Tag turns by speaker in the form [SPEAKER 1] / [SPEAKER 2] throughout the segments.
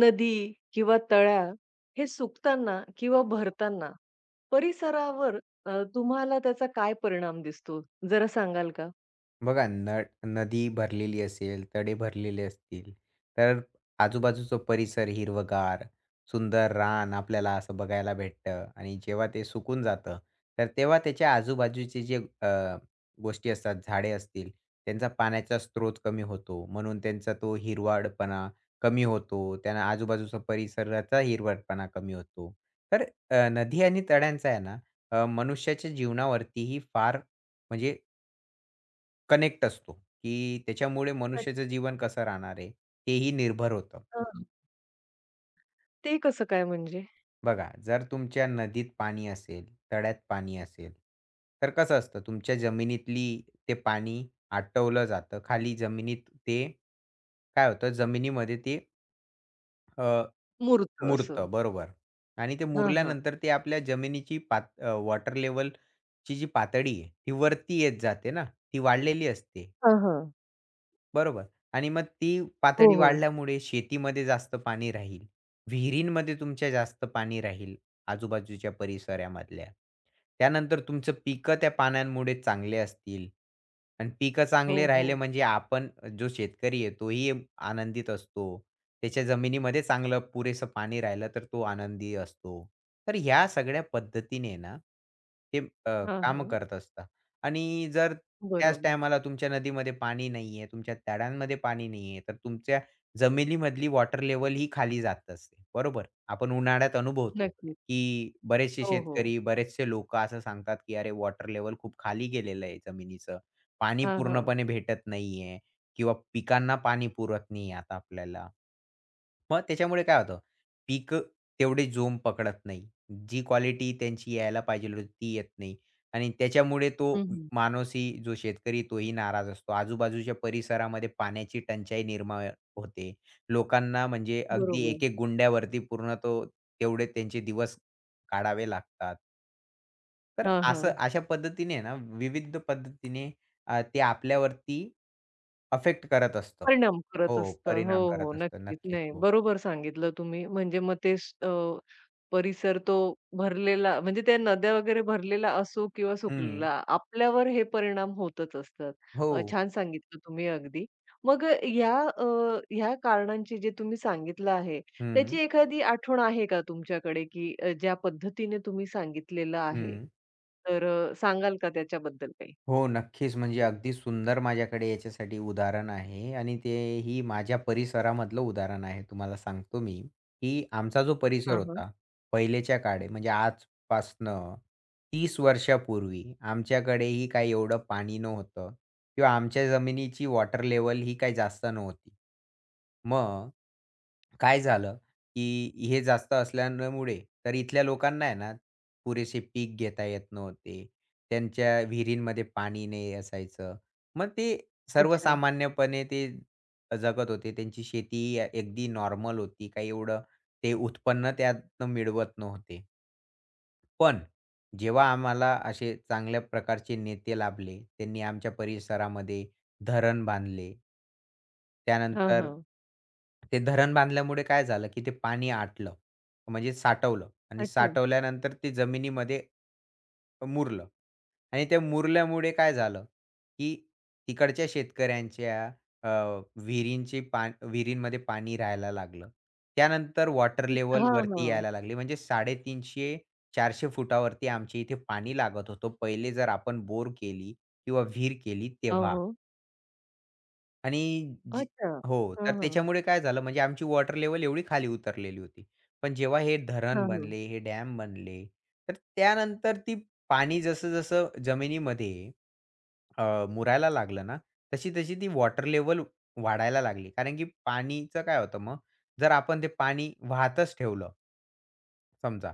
[SPEAKER 1] नदी किंवा तळ्या हे सुकताना किंवा भरताना परिसरावर तुम्हाला त्याचा काय परिणाम दिसतो? जरा सांगाल का?
[SPEAKER 2] बघा, नळ नदी भरलेली असेल, तड़े भरलेले असतील, तर आजूबाजूचा परिसर हिरवगार, सुंदर रान आपल्याला असं बघायला भेटतं आणि जेव्हा ते सुकून जातं, तर तेव्हा त्याच्या आजूबाजूचे जे अ, गोष्टी असतात, झाडे असतील, त्यांचा पाण्याचा स्रोत कमी होतो. म्हणून त्यांचा तो हिरवाळपणा कमी होतो. त्यांना आजूबाजूचा परिसराचा हिरवटपणा कमी होतो. तर नदी आणि तळ्यांचा आहे ना, मनुष्याच्या जीवनावरतीही फार म्हणजे कनेक्ट असतो, की त्याच्यामुळे मनुष्याचं जीवन कसं राहणार आहे, तेही निर्भर होतं.
[SPEAKER 1] अच्छा. ते कसं काय म्हणजे?
[SPEAKER 2] बघा, जर तुमच्या नदीत पाणी असेल, तळ्यात पाणी असेल, तर कसं असतं तुमच्या जमिनीतली ते पाणी आटवलं जातं. खाली जमिनीत ते काय होतं, जमिनीमध्ये ते अ,
[SPEAKER 1] मुरतं असं.
[SPEAKER 2] मुरतं बरोबर. आणि ते
[SPEAKER 1] हां, हां.
[SPEAKER 2] मुरल्यानंतर ते आपल्या जमिनीची पात वॉटर लेव्हलची जी पातळी आहे, ती वरती येत जाते ना, ती वाढलेली असते.
[SPEAKER 1] हां, हां.
[SPEAKER 2] बरोबर. आणि मग ती
[SPEAKER 1] हो,
[SPEAKER 2] पातळी
[SPEAKER 1] हो.
[SPEAKER 2] वाढल्यामुळे शेतीमध्ये जास्त पाणी राहील. विहिरींमध्ये तुमच्या जास्त पाणी राहील आजूबाजूच्या परिसरामधल्या. त्यानंतर तुमचं पिकं त्या पाण्यामुळे चांगले असतील आणि पिकं
[SPEAKER 1] हो,
[SPEAKER 2] चांगले राहिले
[SPEAKER 1] हो.
[SPEAKER 2] म्हणजे आपण जो शेतकरी आहे तोही आनंदित असतो. त्याच्या जमिनीमध्ये चांगलं पुरेसं पाणी राहिलं तर तो आनंदी असतो. तर ह्या सगळ्या पद्धतीने ना, ते अ,
[SPEAKER 1] हां,
[SPEAKER 2] कामं
[SPEAKER 1] हां.
[SPEAKER 2] करत असतात आणि जर त्याच
[SPEAKER 1] बरोबर.
[SPEAKER 2] टायमाला तुमच्या नदीमध्ये पाणी नाहीये, तुमच्या तळ्यांमध्ये पाणी नाहीये, तर तुमच्या जमिनीमधली वॉटर लेव्हल ही खाली जात असते. बरोबर? आपण उन्हाळ्यात अनुभवतो,
[SPEAKER 1] नक्कीच.
[SPEAKER 2] की बरेचसे
[SPEAKER 1] हो, हो.
[SPEAKER 2] शेतकरी, बरेचसे लोकं असं सांगतात, की "अरे, वॉटर लेव्हल खूप खाली गेलेलं आहे जमिनीचं. पाणी
[SPEAKER 1] हां, हां.
[SPEAKER 2] पूर्णपणे भेटत नाहीये किंवा पिकांना पाणी पुरत नाही आता आपल्याला." मग त्याच्यामुळे काय होतं, पिकं तेवढे जोम पकडत नाही. जी क्वालिटी त्यांची यायला पाहिजे होती ती येत नाही आणि त्याच्यामुळे तो
[SPEAKER 1] हं, हं.
[SPEAKER 2] माणूसही जो शेतकरी तोही नाराज असतो. आजूबाजूच्या परिसरामध्ये पाण्याची टंचाई निर्माण होते. लोकांना म्हणजे अगदी
[SPEAKER 1] बरोबर.
[SPEAKER 2] एक-एक गुंड्यावरती पूर्ण तो तेवढे त्यांचे दिवस काढावे लागतात. तर
[SPEAKER 1] हां,
[SPEAKER 2] असं
[SPEAKER 1] हां.
[SPEAKER 2] अशा पद्धतीने ना विविध पद्धतीने ते आपल्यावरती अफेक्ट करत असतं.
[SPEAKER 1] परिणाम करत
[SPEAKER 2] हो,
[SPEAKER 1] असतं. हो,
[SPEAKER 2] परिणाम
[SPEAKER 1] हो.
[SPEAKER 2] करत असतं.
[SPEAKER 1] नक्कीच.
[SPEAKER 2] नक्कीच.
[SPEAKER 1] नाही,
[SPEAKER 2] हो.
[SPEAKER 1] बरोबर सांगितलं तुम्ही. म्हणजे मग परिसर तो भरलेला म्हणजे त्या नद्या वगैरे भरलेला असो किंवा
[SPEAKER 2] हं.
[SPEAKER 1] सुकलेला, आपल्यावर हे परिणाम होतच असतात.
[SPEAKER 2] हो.
[SPEAKER 1] छान सांगितलं तुम्ही अगदी. मग ह्या ह्या कारणांची जे तुम्ही सांगितलं आहे, त्याची
[SPEAKER 2] हं,
[SPEAKER 1] एखादी आठवण आहे का तुमच्याकडे, की ज्या पद्धतीने तुम्ही सांगितलेलं आहे?
[SPEAKER 2] हं.
[SPEAKER 1] तर सांगाल का त्याच्याबद्दल काही?
[SPEAKER 2] हो, नक्कीच. म्हणजे अगदी सुंदर माझ्याकडे याच्यासाठी उदाहरण आहे आणि तेही माझ्या परिसरामधलं उदाहरण आहे. तुम्हाला सांगतो मी, की आमचा जो परिसर
[SPEAKER 1] हां, हां.
[SPEAKER 2] होता, पहिलेच्या काळी म्हणजे आजपासनं 30 वर्षापूर्वी आमच्याकडेही काही एवढं पाणी नव्हतं किंवा आमच्या जमिनीची वॉटर लेव्हल ही काही जास्त नव्हती. मग काय झालं, की हे जास्त असल्यामुळे तर इथल्या लोकांना आहे ना, पुरेसे पीक घेता येत नव्हते. त्यांच्या विहिरींमध्ये पाणी नाही असायचं. मग ते
[SPEAKER 1] अच्छा.
[SPEAKER 2] सर्वसामान्यपणे ते जगत होते. त्यांची शेती अगदी नॉर्मल होती. काही एवढं ते उत्पन्न त्यातनं मिळवत नव्हते. पण जेव्हा आम्हाला असे चांगल्या प्रकारचे नेते लाभले, त्यांनी आमच्या परिसरामध्ये धरण बांधले.
[SPEAKER 1] हां,
[SPEAKER 2] त्यानंतर
[SPEAKER 1] हां.
[SPEAKER 2] ते धरण बांधल्यामुळे काय झालं, की ते पाणी आटलं. म्हणजे साठवलं आणि
[SPEAKER 1] अच्छा.
[SPEAKER 2] साठवल्यानंतर ते जमिनीमध्ये मुरलं आणि त्या मुरल्यामुळे काय झालं, की तिकडच्या शेतकऱ्यांच्या अ, विहिरींची पा विहिरींमध्ये पाणी राहायला लागलं. त्यानंतर वॉटर लेव्हल
[SPEAKER 1] हां,
[SPEAKER 2] वरती
[SPEAKER 1] हां.
[SPEAKER 2] यायला लागली. म्हणजे 350 400 फुटावरती आमच्या इथे पाणी लागत होतं. पहिले जर आपण बोर केली किंवा विहीर केली
[SPEAKER 1] हो,
[SPEAKER 2] तेव्हा
[SPEAKER 1] हो.
[SPEAKER 2] आणि जी
[SPEAKER 1] अच्छा.
[SPEAKER 2] हो,
[SPEAKER 1] हां,
[SPEAKER 2] तर
[SPEAKER 1] हां.
[SPEAKER 2] त्याच्यामुळे काय झालं म्हणजे आमची वॉटर लेवल एवढी खाली उतरलेली होती. पण जेव्हा हे धरण
[SPEAKER 1] हां, हां.
[SPEAKER 2] बनले, हे डॅम बनले, तर त्यानंतर ती पाणी जसं-जसं जमिनीमध्ये मुरायला लागलं ना, तशी-तशी ती वॉटर लेव्हल वाढायला लागली. कारण की पाणीचं काय होतं मग, जर आपण ते पाणी वाहतच ठेवलं समजा,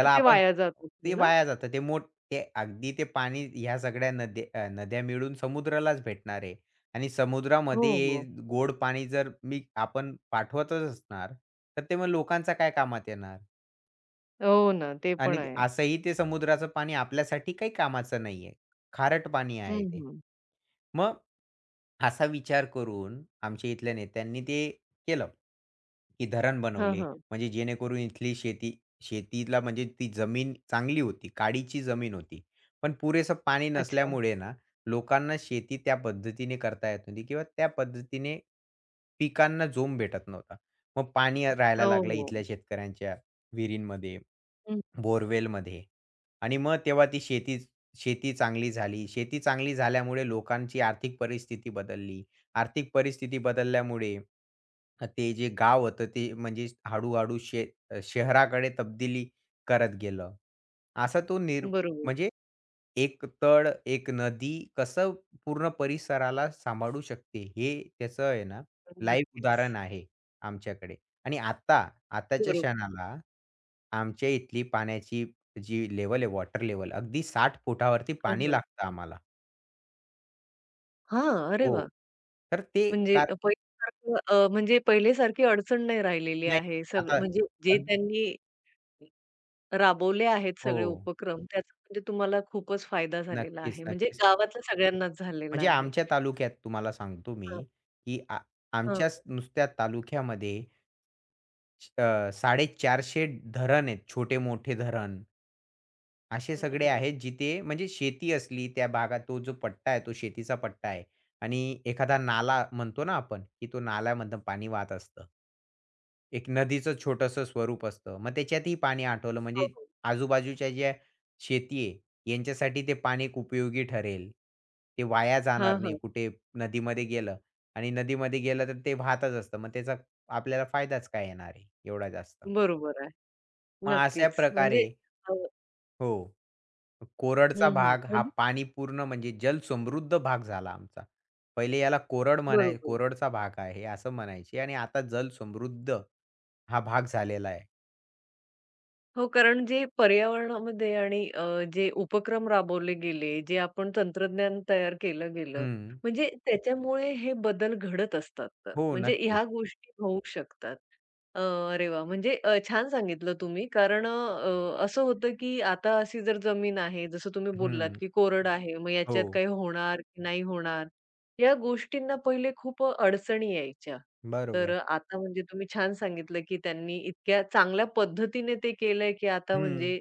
[SPEAKER 1] तर ते
[SPEAKER 2] आपण
[SPEAKER 1] वाया जात असेल
[SPEAKER 2] ते
[SPEAKER 1] ना?
[SPEAKER 2] वाया जातं. ते मोठ ते अगदी ते पाणी ह्या सगळ्या नद्या नद्या मिळून समुद्रालाच भेटणार आहे आणि
[SPEAKER 1] हो,
[SPEAKER 2] समुद्रामध्ये हे
[SPEAKER 1] हो.
[SPEAKER 2] गोड पाणी जर मी आपण पाठवतच असणार, तर ते मग लोकांचा काय कामात येणार?
[SPEAKER 1] हो ना, ते पण
[SPEAKER 2] आणि ते-
[SPEAKER 1] आहे.
[SPEAKER 2] असंही ते समुद्राचं पाणी आपल्यासाठी काही कामाचं नाहीये. खारट पाणी आहे
[SPEAKER 1] हं,
[SPEAKER 2] ते.
[SPEAKER 1] हं.
[SPEAKER 2] मग असा विचार करून आमच्या इथल्या नेत्यांनी ते केलं, की धरण
[SPEAKER 1] हां,
[SPEAKER 2] बनवले.
[SPEAKER 1] हां.
[SPEAKER 2] म्हणजे जेणेकरून इथली शेती शेतीला म्हणजे ती जमीन चांगली होती, काडीची जमीन होती. पण पुरेसं पाणी
[SPEAKER 1] अच्छा.
[SPEAKER 2] नसल्यामुळे ना, लोकांना शेती त्या पद्धतीने करता येत नव्हती किंवा त्या पद्धतीने पिकांना जोम भेटत नव्हता. मग पाणी राहायला
[SPEAKER 1] हो,
[SPEAKER 2] लागलं
[SPEAKER 1] हो.
[SPEAKER 2] इथल्या शेतकऱ्यांच्या विहिरींमध्ये.
[SPEAKER 1] हं.
[SPEAKER 2] बोअरवेलमध्ये आणि मग तेव्हा ती शेती शेती चांगली झाली. शेती चांगली झाल्यामुळे लोकांची आर्थिक परिस्थिती बदलली. आर्थिक परिस्थिती बदलल्यामुळे ते जे गाव होतं ते म्हणजे हळू-हळू शे शहराकडे तब्दिली करत गेलं. असा तो निर
[SPEAKER 1] बरोबर.
[SPEAKER 2] म्हणजे एक तळ, एक नदी कसं पूर्ण परिसराला सांभाळू शकते हे त्याचं आहे ना लाईव्ह
[SPEAKER 1] नक्कीच.
[SPEAKER 2] उदाहरण आहे आमच्याकडे. आणि आता, आताच्या
[SPEAKER 1] बरोबर.
[SPEAKER 2] क्षणाला आमच्या इथली पाण्याची जी लेव्हल आहे, वॉटर लेव्हल अगदी 60 फुटावरती
[SPEAKER 1] हां,
[SPEAKER 2] पाणी
[SPEAKER 1] हां.
[SPEAKER 2] लागतं आम्हाला.
[SPEAKER 1] हां, अरे
[SPEAKER 2] हो.
[SPEAKER 1] वाह!
[SPEAKER 2] तर ते
[SPEAKER 1] म्हणजे
[SPEAKER 2] कार
[SPEAKER 1] पहिलेसारखी अडचण नाही राहिलेली
[SPEAKER 2] नाही
[SPEAKER 1] आहे. सगळं
[SPEAKER 2] आता
[SPEAKER 1] म्हणजे जे
[SPEAKER 2] अ,
[SPEAKER 1] त्यांनी राबवले आहेत
[SPEAKER 2] हो.
[SPEAKER 1] सगळे उपक्रम, त्याचा म्हणजे तुम्हाला खूपच फायदा झालेला
[SPEAKER 2] नक्कीच,
[SPEAKER 1] आहे. म्हणजे
[SPEAKER 2] नक्कीच.
[SPEAKER 1] गावातल्या सगळ्यांनाच झालेला
[SPEAKER 2] म्हणजे
[SPEAKER 1] आहे.
[SPEAKER 2] आमच्या तालुक्यात तुम्हाला सांगतो
[SPEAKER 1] हां,
[SPEAKER 2] मी, की आ
[SPEAKER 1] हां.
[SPEAKER 2] आमच्याच नुसत्या तालुक्यामध्ये 450 धरण आहेत, छोटे-मोठे धरण. असे
[SPEAKER 1] हं,
[SPEAKER 2] सगळे
[SPEAKER 1] हं.
[SPEAKER 2] आहेत जिथे म्हणजे शेती असली त्या भागात तो जो पट्टा आहे तो शेतीचा पट्टा आहे आणि एखादा नाला म्हणतो ना आपण, की तो नाल्यामधनं पाणी वाहत असतं. एक नदीचं छोटंसं स्वरूप असतं. मग त्याच्यातही पाणी आठवलं
[SPEAKER 1] हो,
[SPEAKER 2] म्हणजे
[SPEAKER 1] हो.
[SPEAKER 2] आजूबाजूच्या ज्या शेती आहे यांच्यासाठी ते पाणी एक उपयोगी ठरेल. ते वाया
[SPEAKER 1] हां,
[SPEAKER 2] जाणार नाही
[SPEAKER 1] हां.
[SPEAKER 2] कुठे नदीमध्ये गेलं आणि नदीमध्ये गेलं तर ते वाहतच असतं. मग त्याचा आपल्याला फायदाच काय येणार आहे एवढा जास्त.
[SPEAKER 1] बरोबर आहे.
[SPEAKER 2] मग अशा
[SPEAKER 1] नक्कीच.
[SPEAKER 2] प्रकारे
[SPEAKER 1] म्हणजे अ,
[SPEAKER 2] हो. कोरडचा
[SPEAKER 1] हं, हं.
[SPEAKER 2] भाग हा
[SPEAKER 1] म्हणजे
[SPEAKER 2] पाणी पूर्ण म्हणजे जलसमृद्ध भाग झाला आमचा. पहिले याला कोरड म्हणाय
[SPEAKER 1] बरोबर.
[SPEAKER 2] कोरडचा भाग आहे असं म्हणायचे आणि आता जलसमृद्ध हा भाग झालेला आहे.
[SPEAKER 1] हो, कारण जे पर्यावरणामध्ये आणि जे उपक्रम राबवले गेले, जे आपण तंत्रज्ञान तयार केलं गेलं,
[SPEAKER 2] हं.
[SPEAKER 1] म्हणजे त्याच्यामुळे हे बदल घडत असतात तर.
[SPEAKER 2] हो,
[SPEAKER 1] म्हणजे
[SPEAKER 2] नक्कीच.
[SPEAKER 1] ह्या गोष्टी होऊ शकतात. अ, अरे वाह! म्हणजे छान सांगितलं तुम्ही कारण असं होतं की आता अशी जर जमीन आहे, जसं तुम्ही बोललात
[SPEAKER 2] हं.
[SPEAKER 1] की कोरड आहे, मग
[SPEAKER 2] हो.
[SPEAKER 1] याच्यात काही होणार की नाही होणार, या गोष्टींना पहिले खूप अडचणी यायच्या. तर
[SPEAKER 2] बरोबर.
[SPEAKER 1] आता म्हणजे तुम्ही छान सांगितलं, की त्यांनी इतक्या चांगल्या पद्धतीने ते केलंय, की आता
[SPEAKER 2] हं.
[SPEAKER 1] म्हणजे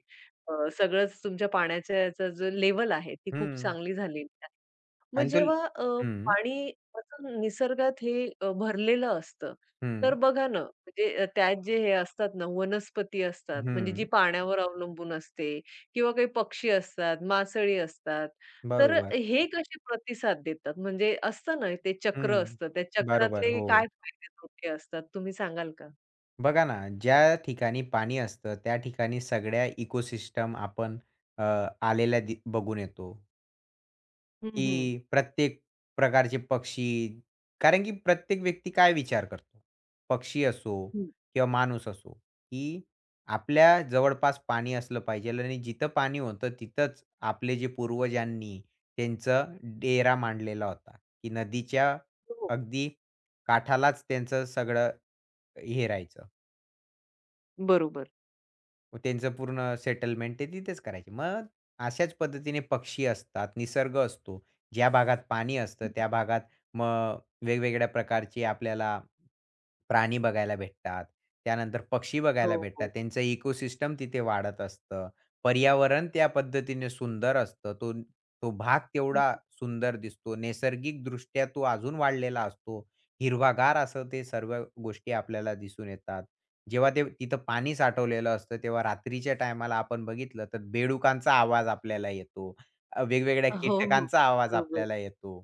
[SPEAKER 1] अ, सगळंच तुमच्या पाण्याच्या याचं जो लेव्हल आहे, ती खूप
[SPEAKER 2] हं.
[SPEAKER 1] चांगली झालेली आहे. मग
[SPEAKER 2] आणि तो
[SPEAKER 1] जेव्हा
[SPEAKER 2] हं.
[SPEAKER 1] पाणी असं निसर्गात हे भरलेलं असतं, तर
[SPEAKER 2] हं.
[SPEAKER 1] बघा ना, म्हणजे त्यात जे हे असतात ना, वनस्पती असतात, म्हणजे जी
[SPEAKER 2] हं.
[SPEAKER 1] पाण्यावर अवलंबून असते किंवा काही पक्षी असतात, मासळी असतात. तर
[SPEAKER 2] बरोबर.
[SPEAKER 1] हे कसे प्रतिसाद देतात? म्हणजे असतं ना, ते चक्र
[SPEAKER 2] हं.
[SPEAKER 1] असतं, त्या
[SPEAKER 2] बरोबर.
[SPEAKER 1] चक्रातले
[SPEAKER 2] हो.
[SPEAKER 1] काय फायदे तोटे असतात, तुम्ही सांगाल का?
[SPEAKER 2] बघा ना, ज्या ठिकाणी पाणी असतं त्या ठिकाणी सगळ्या इकोसिस्टम आपण अ, आलेल्या दि बघून येतो.
[SPEAKER 1] हं, हं.
[SPEAKER 2] की प्रत्येक प्रकारचे पक्षी कारण की प्रत्येक व्यक्ती काय विचार करतो? पक्षी असो
[SPEAKER 1] हं.
[SPEAKER 2] किंवा माणूस असो, की आपल्या जवळपास पाणी असलं पाहिजे आणि जिथं पाणी होतं तिथंच आपले जे पूर्वजांनी त्यांचा डेरा मांडलेला होता, की नदीच्या
[SPEAKER 1] हो,
[SPEAKER 2] अगदी काठालाच त्यांचं सगळं हे राहायचं.
[SPEAKER 1] बरोबर.
[SPEAKER 2] मग त्यांचं पूर्ण सेटलमेंट ते तिथेच करायचे. मग अशाच पद्धतीने पक्षी असतात, निसर्ग असतो. ज्या भागात पाणी असतं
[SPEAKER 1] हं.
[SPEAKER 2] त्या भागात मग वेगवेगळ्या प्रकारचे आपल्याला प्राणी बघायला भेटतात. त्यानंतर पक्षी
[SPEAKER 1] हो,
[SPEAKER 2] बघायला
[SPEAKER 1] हो.
[SPEAKER 2] भेटतात. त्यांचं इकोसिस्टम तिथे वाढत असतं. पर्यावरण त्या पद्धतीने सुंदर असतं. तो तो भाग
[SPEAKER 1] हं.
[SPEAKER 2] तेवढा सुंदर दिसतो. नैसर्गिकदृष्ट्या तो अजून वाढलेला असतो. हिरवागार असं ते सर्व गोष्टी आपल्याला दिसून येतात. जेव्हा ते तिथं पाणी साठवलेलं असतं, तेव्हा रात्रीच्या टायमाला आपण बघितलं तर बेडुकांचा आवाज आपल्याला येतो. वेगवेगळ्या
[SPEAKER 1] हो, हो.
[SPEAKER 2] कीटकांचा आवाज
[SPEAKER 1] बरोबर.
[SPEAKER 2] आपल्याला येतो.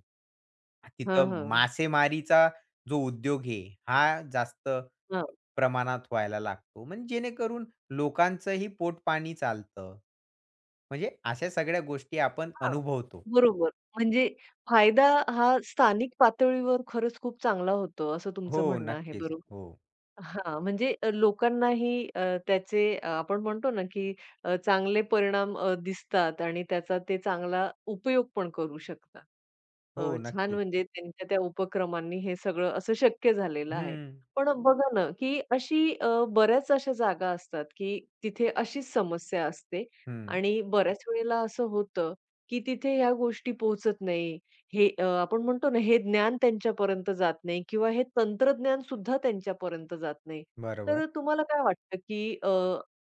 [SPEAKER 1] हां,
[SPEAKER 2] तिथं
[SPEAKER 1] हां.
[SPEAKER 2] मासेमारीचा जो उद्योग आहे, हा जास्त
[SPEAKER 1] हां.
[SPEAKER 2] प्रमाणात व्हायला लागतो. म्हणजे जेणेकरून लोकांचंही पोटपाणी चालतं. म्हणजे अशा सगळ्या गोष्टी आपण
[SPEAKER 1] हां,
[SPEAKER 2] अनुभवतो.
[SPEAKER 1] बरोबर. म्हणजे फायदा हा स्थानिक पातळीवर खरंच खूप चांगला होतो, असं
[SPEAKER 2] हो,
[SPEAKER 1] तुमचं म्हणणं आहे,
[SPEAKER 2] नक्कीच.
[SPEAKER 1] बरोबर?
[SPEAKER 2] हो.
[SPEAKER 1] हां, म्हणजे लोकांनाही त्याचे आपण म्हणतो ना, की चांगले परिणाम दिसतात आणि त्याचा ते चांगला उपयोग पण करू शकतात.
[SPEAKER 2] हो,
[SPEAKER 1] छान
[SPEAKER 2] नक्कीच.
[SPEAKER 1] म्हणजे त्यांच्या त्या उपक्रमांनी हे सगळं असं शक्य झालेलं आहे.
[SPEAKER 2] हं,
[SPEAKER 1] पण बघा ना, की अशी बऱ्याच अशा जागा असतात, की तिथे अशीच समस्या असते
[SPEAKER 2] हं.
[SPEAKER 1] आणि बऱ्याच वेळेला असं होतं, की तिथे ह्या गोष्टी पोहोचत नाही. हे आपण म्हणतो ना, हे ज्ञान त्यांच्यापर्यंत जात नाही किंवा हे तंत्रज्ञान सुद्धा त्यांच्यापर्यंत जात नाही.
[SPEAKER 2] बरोबर.
[SPEAKER 1] तर तुम्हाला काय वाटतं, की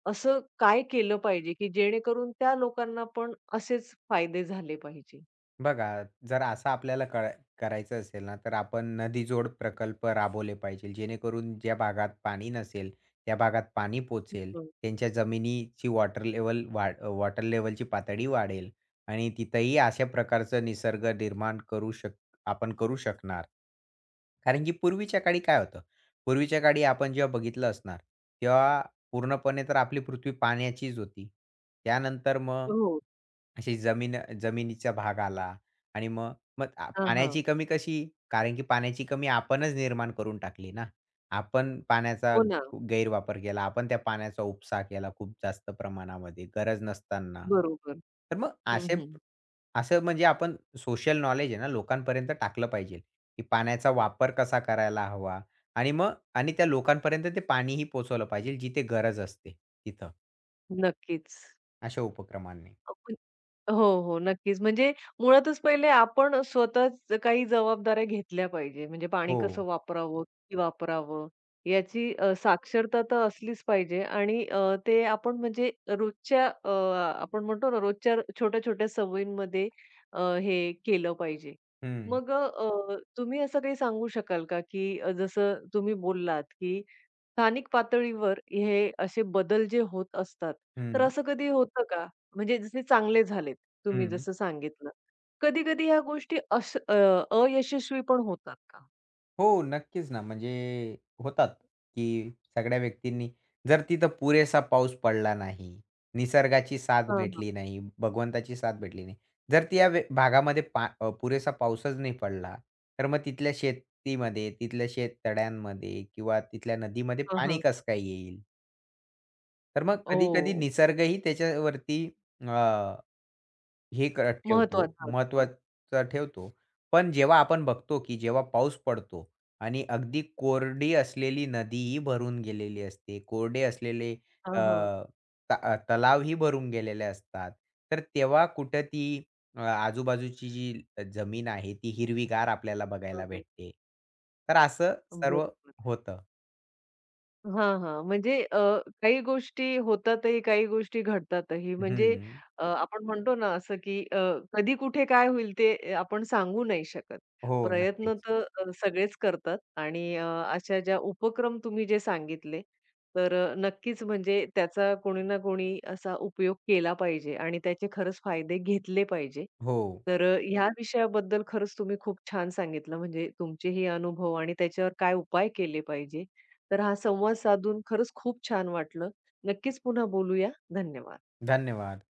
[SPEAKER 1] असं काय केलं पाहिजे, की जेणेकरून त्या लोकांना पण असेच फायदे झाले पाहिजे?
[SPEAKER 2] बघा, जर असं आपल्याला करा करायचं असेल ना, तर आपण नदीजोड प्रकल्प राबवले पाहिजे. जेणेकरून ज्या भागात पाणी नसेल, त्या भागात पाणी पोचेल,
[SPEAKER 1] हं,
[SPEAKER 2] त्यांच्या जमिनीची वॉटर लेव्हल वाढ वॉटर लेव्हलची पातळी वाढेल आणि तिथंही अशा प्रकारचं निसर्ग निर्माण करू शक आपण करू शकणार. कारण की पूर्वीच्या काळी काय होतं? पूर्वीच्या काळी आपण जेव्हा बघितलं असणार, तेव्हा पूर्णपणे तर आपली पृथ्वी पाण्याचीच होती. त्यानंतर मग
[SPEAKER 1] हो.
[SPEAKER 2] अशी जमीन जमिनीचा भाग आला आणि मग मग आ,
[SPEAKER 1] हां, हां.
[SPEAKER 2] पाण्याची कमी कशी? कारण की पाण्याची कमी आपणच निर्माण करून टाकली ना. आपण पाण्याचा
[SPEAKER 1] हो ना.
[SPEAKER 2] ग- गैरवापर केला. आपण त्या पाण्याचा उपसा केला खूप जास्त प्रमाणामध्ये गरज नसताना.
[SPEAKER 1] बरोबर.
[SPEAKER 2] तर मग
[SPEAKER 1] हं,
[SPEAKER 2] असे
[SPEAKER 1] हं.
[SPEAKER 2] असं म्हणजे आपण सोशल नॉलेज आहे ना लोकांपर्यंत टाकलं पाहिजे, की पाण्याचा वापर कसा करायला हवा आणि मग आणि त्या लोकांपर्यंत ते पाणीही पोहोचवलं पाहिजे जिथे गरज असते तिथं,
[SPEAKER 1] नक्कीच.
[SPEAKER 2] अशा उपक्रमांनी.
[SPEAKER 1] हो, हो. नक्कीच. म्हणजे मुळातच पहिले आपण स्वतःच काही जबाबदाऱ्या घेतल्या पाहिजे. म्हणजे पाणी
[SPEAKER 2] हो.
[SPEAKER 1] कसं वापरावं, किती वापरावं याची साक्षरता तर असलीच पाहिजे आणि ते आपण म्हणजे रोजच्या आपण म्हणतो ना रोजच्या छोट्या-छोट्या सवयींमध्ये हे केलं पाहिजे.
[SPEAKER 2] हं,
[SPEAKER 1] मग तुम्ही असं काही सांगू शकाल का, की जसं तुम्ही बोललात, की स्थानिक पातळीवर हे असे बदल जे होत असतात, तर
[SPEAKER 2] हं.
[SPEAKER 1] असं कधी होतं का? म्हणजे जसे चांगले झालेत, तुम्ही
[SPEAKER 2] हं.
[SPEAKER 1] जसं सांगितलं. कधी-कधी ह्या गोष्टी अयशस्वी पण होतात का?
[SPEAKER 2] हो, नक्कीच ना. म्हणजे होतात, की सगळ्या व्यक्तींनी जर तिथं पुरेसा पाऊस पडला नाही, निसर्गाची साथ
[SPEAKER 1] हां, हां.
[SPEAKER 2] भेटली नाही, भगवंताची साथ भेटली नाही. जर ती या वे भागामध्ये पा पुरेसा पाऊसच नाही पडला, तर मग तिथल्या शेतीमध्ये, तिथल्या शेततळ्यांमध्ये किंवा तिथल्या नदीमध्ये
[SPEAKER 1] हां,
[SPEAKER 2] पाणी
[SPEAKER 1] हां.
[SPEAKER 2] कसं काय येईल? तर मग कधी-कधी
[SPEAKER 1] ओह!
[SPEAKER 2] निसर्गही त्याच्यावरती हे करत ठेवतो,
[SPEAKER 1] महत्वाचा असतो.
[SPEAKER 2] महत्त्वाचा ठेवतो. पण जेव्हा आपण बघतो, की जेव्हा पाऊस पडतो आणि अगदी कोरडी असलेली नदीही भरून गेलेली असते, कोरडे असलेले
[SPEAKER 1] हां,
[SPEAKER 2] अ,
[SPEAKER 1] हां.
[SPEAKER 2] त तलावही भरून गेलेले असतात. तर तेव्हा कुठं ती आजूबाजूची जी जमीन आहे, ती हिरवीगार आपल्याला
[SPEAKER 1] हां,
[SPEAKER 2] बघायला
[SPEAKER 1] हां.
[SPEAKER 2] भेटते. तर असं सर्व
[SPEAKER 1] बरोबर.
[SPEAKER 2] होतं.
[SPEAKER 1] हां, हां. म्हणजे काही गोष्टी होतातही, काही गोष्टी घडतातही. म्हणजे
[SPEAKER 2] हं.
[SPEAKER 1] अ, आपण म्हणतो ना असं की कधी कुठे काय होईल ते आपण सांगू नाही शकत.
[SPEAKER 2] हो,
[SPEAKER 1] प्रयत्न
[SPEAKER 2] नक्कीच.
[SPEAKER 1] तर अ, सगळेच करतात आणि अशा ज्या उपक्रम तुम्ही जे सांगितले, तर नक्कीच म्हणजे त्याचा कोणी ना कोणी असा उपयोग केला पाहिजे आणि त्याचे खरंच फायदे घेतले पाहिजे.
[SPEAKER 2] हो,
[SPEAKER 1] तर ह्या विषयाबद्दल खरंच तुम्ही खूप छान सांगितलं. म्हणजे तुमचे हे अनुभव आणि त्याच्यावर काय उपाय केले पाहिजे. तर हा संवाद साधून खरंच खूप छान वाटलं. नक्कीच पुन्हा बोलूया. धन्यवाद.
[SPEAKER 2] धन्यवाद.